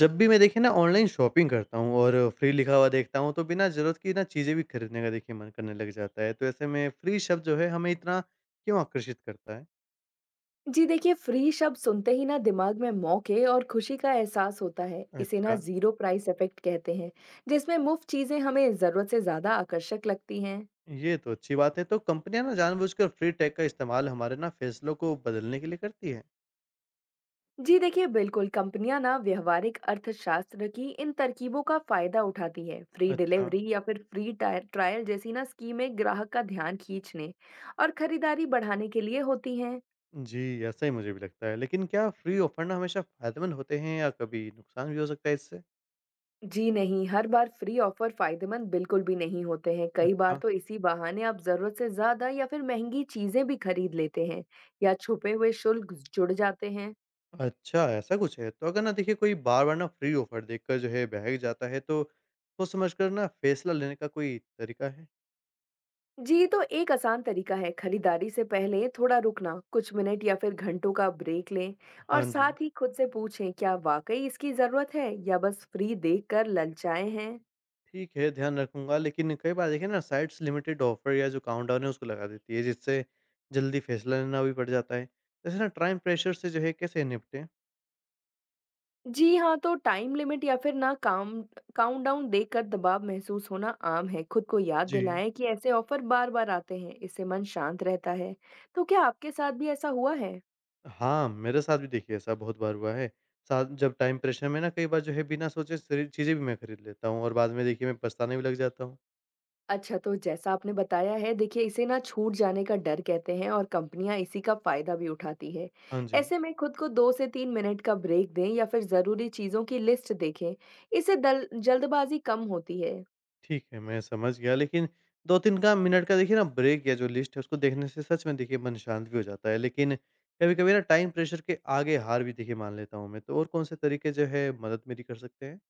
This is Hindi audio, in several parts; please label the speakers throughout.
Speaker 1: जब भी मैं देखिए ना ऑनलाइन शॉपिंग करता हूँ और फ्री लिखा हुआ देखता हूँ तो बिना ज़रूरत की ना चीज़ें भी खरीदने का देखिए मन करने लग जाता है। तो ऐसे में फ्री शब्द जो है हमें इतना क्यों आकर्षित करता है?
Speaker 2: जी देखिए फ्री शब्द सुनते ही ना दिमाग में मौके और खुशी का एहसास होता है। इसे ना
Speaker 1: अच्छा।
Speaker 2: जीरो प्राइस इफेक्ट कहते हैं, जिसमें मुफ्त चीजें हमें जरूरत से ज्यादा आकर्षक लगती हैं।
Speaker 1: ये तो अच्छी बात है। तो कंपनियां ना जानबूझकर फ्री टैग का इस्तेमाल हमारे ना फैसलों को बदलने के लिए करती है?
Speaker 2: जी देखिए बिल्कुल, कंपनियां ना व्यवहारिक अर्थशास्त्र की इन तरकीबों का फायदा उठाती है। फ्री
Speaker 1: अच्छा
Speaker 2: डिलीवरी या फिर फ्री ट्रायल जैसी ना स्कीमें ग्राहक का ध्यान खींचने और खरीदारी बढ़ाने के लिए होती हैं।
Speaker 1: जी, ऐसा ही मुझे भी लगता है। लेकिन क्या फ्री ऑफर ना हमेशा फायदेमंद होते हैं या कभी नुकसान भी हो सकता है इससे?
Speaker 2: जी नहीं, हर बार फ्री ऑफर फायदेमंद बिल्कुल भी नहीं होते हैं। कई बार
Speaker 1: अच्छा।
Speaker 2: तो इसी बहाने आप ज़रूरत से ज़्यादा या फिर महंगी चीज़ें भी खरीद लेते हैं या छुपे हुए शुल्क जुड़ जाते हैं।
Speaker 1: अच्छा, ऐसा कुछ है? तो अगर ना देखिए कोई बार-बार ना फ्री ऑफ़र देखकर जो है बहक जाता है तो सोच समझकर ना फ़ैसला लेने का कोई तरीका है?
Speaker 2: जी, तो एक आसान तरीका है खरीदारी से पहले थोड़ा रुकना, कुछ मिनट या फिर घंटों का ब्रेक लें और
Speaker 1: हाँ जी।
Speaker 2: साथ ही खुद से पूछें क्या वाकई इसकी ज़रूरत है या बस फ्री देखकर ललचाए हैं।
Speaker 1: ठीक है, ध्यान रखूँगा। लेकिन कई बार देखिए ना साइट्स लिमिटेड ऑफ़र या जो काउंटडाउन है उसको लगा देती है, जिससे जल्दी फ़ैसला लेना भी पड़ जाता है। वैसे ना टाइम प्रेशर से जो है कैसे निपटें?
Speaker 2: जी हाँ, तो टाइम लिमिट या फिर ना काम काउंटडाउन देखकर दबाव महसूस होना आम है। खुद को याद
Speaker 1: जी।
Speaker 2: दिलाएं कि ऐसे ऑफर बार-बार आते हैं, इससे मन शांत रहता है। तो क्या आपके साथ भी ऐसा हुआ है?
Speaker 1: हाँ, मेरे साथ भी देखिए ऐसा बहुत बार हुआ है। साथ जब टाइम प्रेशर में ना कई बार जो है बिना सोचे सारी चीज़ें भी मैं खरीद लेता हूँ और बाद में देखिए मैं पछताने भी लग जाता हूँ।
Speaker 2: अच्छा, तो जैसा आपने बताया है, देखिए इसे ना छूट जाने का डर कहते हैं और कंपनियां इसी का फायदा भी उठाती है।
Speaker 1: हाँ जी।
Speaker 2: ऐसे में खुद को 2 से 3 मिनट का ब्रेक दें या फिर ज़रूरी चीज़ों की लिस्ट देखें। इससे दल जल्दबाजी कम होती है।
Speaker 1: ठीक है, मैं समझ गया। लेकिन 2-3 का मिनट का देखिए ना ब्रेक या जो लिस्ट है उसको देखने से सच में देखिए मन शांत भी हो जाता है। लेकिन कभी-कभी ना टाइम प्रेशर के आगे हार भी देखिए मान लेता हूँ मैं। तो और कौन-से तरीके जो है मदद मेरी कर सकते हैं?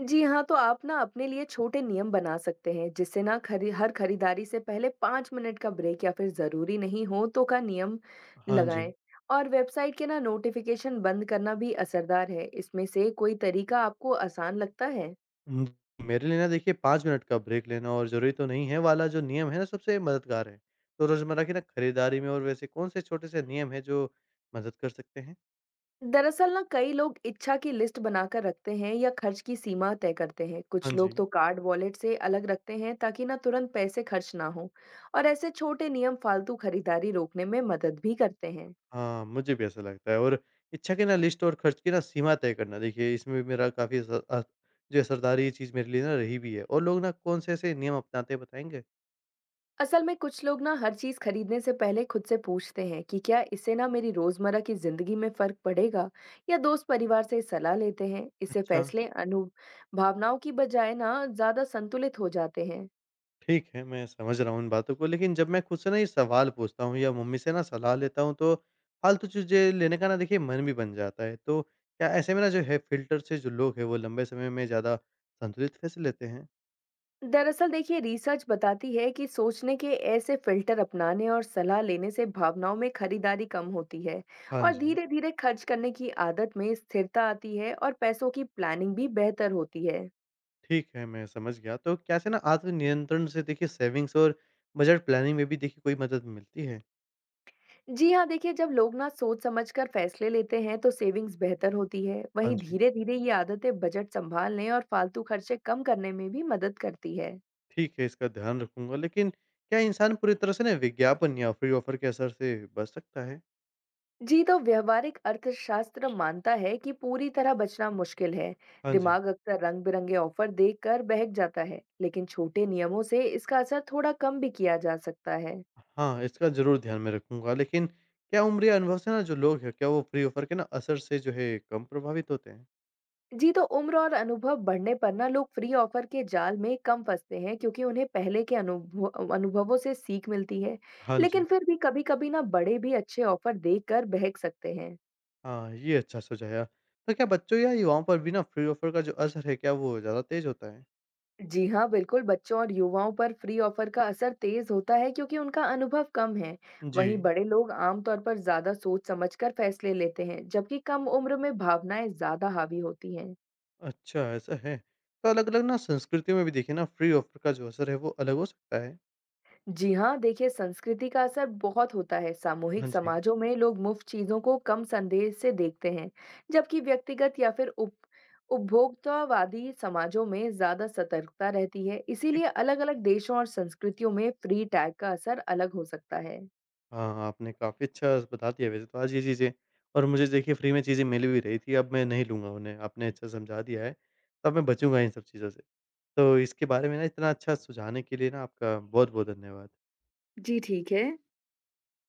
Speaker 2: जी हाँ, तो आप ना अपने लिए छोटे नियम बना सकते हैं, जिससे ना खरी हर खरीदारी से पहले 5 मिनट का ब्रेक या फिर ज़रूरी नहीं हो तो का नियम
Speaker 1: हाँ जी।
Speaker 2: लगाएँ और वेबसाइट के ना नोटिफ़िकेशन बंद करना भी असरदार है। इसमें से कोई तरीका आपको आसान लगता है?
Speaker 1: हुँ, मेरे लिए ना देखिए 5 मिनट का ब्रेक लेना और ज़रूरी तो नहीं है वाला जो नियम है ना सबसे मददगार है। तो रोज़मर्रा की ना खरीदारी में और वैसे कौन से छोटे से नियम हैं जो मदद कर सकते हैं?
Speaker 2: दरअसल ना कई लोग इच्छा की लिस्ट बनाकर रखते हैं या खर्च की सीमा तय करते हैं।
Speaker 1: हाँ
Speaker 2: कुछ लोग
Speaker 1: जी।
Speaker 2: तो कार्ड वॉलेट से अलग रखते हैं ताकि ना तुरंत पैसे खर्च ना हों और ऐसे छोटे नियम फालतू खरीदारी रोकने में मदद भी करते हैं।
Speaker 1: हाँ, मुझे भी ऐसा लगता है। और इच्छा की ना लिस्ट और खर्च की ना सीमा तय करना देखिए इसमें भी मेरा काफ़ी असर जो असरदार ये चीज़ मेरे लिए ना रही भी है। और लोग ना कौन से ऐसे नियम अपनाते हैं बताएँगे?
Speaker 2: असल में कुछ लोग ना हर चीज खरीदने से पहले खुद से पूछते हैं कि क्या इससे ना मेरी रोजमर्रा की जिंदगी में फर्क पड़ेगा या दोस्त परिवार से सलाह लेते हैं। इससे
Speaker 1: अच्छा।
Speaker 2: फैसले अनु भावनाओं की बजाय ना ज्यादा संतुलित हो जाते हैं।
Speaker 1: ठीक है, मैं समझ रहा हूँ इन बातों को। लेकिन जब मैं खुद से ना ये सवाल पूछता हूँ या मम्मी से ना सलाह लेता हूँ तो फालतू चीज़ें लेने का ना देखिए मन भी बन जाता है। तो क्या ऐसे में ना जो है फ़िल्टर से जो लोग हैं वो लंबे समय में ज़्यादा संतुलित फैसले लेते हैं?
Speaker 2: दरअसल देखिए रिसर्च बताती है कि सोचने के ऐसे फिल्टर अपनाने और सलाह लेने से भावनाओं में खरीदारी कम होती है
Speaker 1: हाँ
Speaker 2: और
Speaker 1: जी।
Speaker 2: धीरे धीरे खर्च करने की आदत में स्थिरता आती है और पैसों की प्लानिंग भी बेहतर होती है।
Speaker 1: ठीक है, मैं समझ गया। तो कैसे ना आत्मनियंत्रण से देखिए सेविंग्स और बजट प्लानिंग में भी देखिए कोई मदद मिलती है?
Speaker 2: जी हाँ, देखिए जब लोग ना सोच-समझ कर फैसले लेते हैं तो सेविंग्स बेहतर होती है।
Speaker 1: हाँ
Speaker 2: वहीं
Speaker 1: जी।
Speaker 2: धीरे-धीरे ये आदतें बजट सँभालने और फालतू खर्चे कम करने में भी मदद करती है।
Speaker 1: ठीक है, इसका ध्यान रखूँगा। लेकिन क्या इंसान पूरी तरह से ना विज्ञापन या फ्री ऑफर के असर से बच सकता है?
Speaker 2: जी, तो व्यावहारिक अर्थशास्त्र मानता है कि पूरी तरह बचना मुश्किल है।
Speaker 1: हाँ जी।
Speaker 2: दिमाग अक्सर रंग-बिरंगे ऑफर देखकर बहक जाता है, लेकिन छोटे नियमों से इसका असर थोड़ा कम भी किया जा सकता है।
Speaker 1: हाँ, इसका ज़रूर ध्यान में रखूँगा। लेकिन क्या उम्र या अनुभव से ना जो लोग हैं, क्या वो फ्री ऑफर के ना असर से जो है कम प्रभावित होते हैं?
Speaker 2: जी, तो उम्र और अनुभव बढ़ने पर ना लोग फ्री ऑफर के जाल में कम फंसते हैं क्योंकि उन्हें पहले के अनुभव अनुभवों से सीख मिलती है।
Speaker 1: हाँ जी।
Speaker 2: लेकिन फिर भी कभी-कभी ना बड़े भी अच्छे ऑफर देखकर बहक सकते हैं।
Speaker 1: हाँ, ये अच्छा सुझाया। तो क्या बच्चों या युवाओं पर भी ना फ्री ऑफर का जो असर है, क्या वो ज़्यादा तेज़ होता है?
Speaker 2: जी हाँ बिल्कुल, बच्चों और युवाओं पर फ्री ऑफर का असर तेज होता है क्योंकि उनका अनुभव कम है।
Speaker 1: जी।
Speaker 2: वहीं बड़े लोग आमतौर पर ज्यादा सोच समझकर फैसले लेते हैं, जबकि कम उम्र में भावनाएं ज्यादा हावी होती हैं।
Speaker 1: अच्छा, ऐसा है। तो अलग-अलग ना संस्कृतियों में भी देखिए ना फ्री ऑफ़र का जो असर है वो अलग हो सकता है।
Speaker 2: जी हाँ देखिए, संस्कृति का असर बहुत होता है। सामूहिक
Speaker 1: हाँ जी,
Speaker 2: समाजों में लोग मुफ्त चीजों को कम संदेह से देखते हैं, जबकि व्यक्तिगत या फिर उप उपभोक्तावादी समाजों में ज्यादा सतर्कता रहती है।
Speaker 1: ठीक
Speaker 2: इसीलिए
Speaker 1: है।
Speaker 2: अलग-अलग देशों और संस्कृतियों में फ्री टैग का असर अलग हो सकता है।
Speaker 1: हाँ, आपने काफ़ी अच्छा बता दिया। वैसे तो आज ये चीज़ें और मुझे देखिए फ्री में चीज़ें मिल भी रही थी, अब मैं नहीं लूँगा उन्हें। आपने अच्छा समझा दिया है। तो अब मैं बचूँगा इन सब चीज़ों से। तो इसके बारे में ना इतना अच्छा सुझाने के लिए ना आपका बहुत-बहुत धन्यवाद।
Speaker 2: जी ठीक है।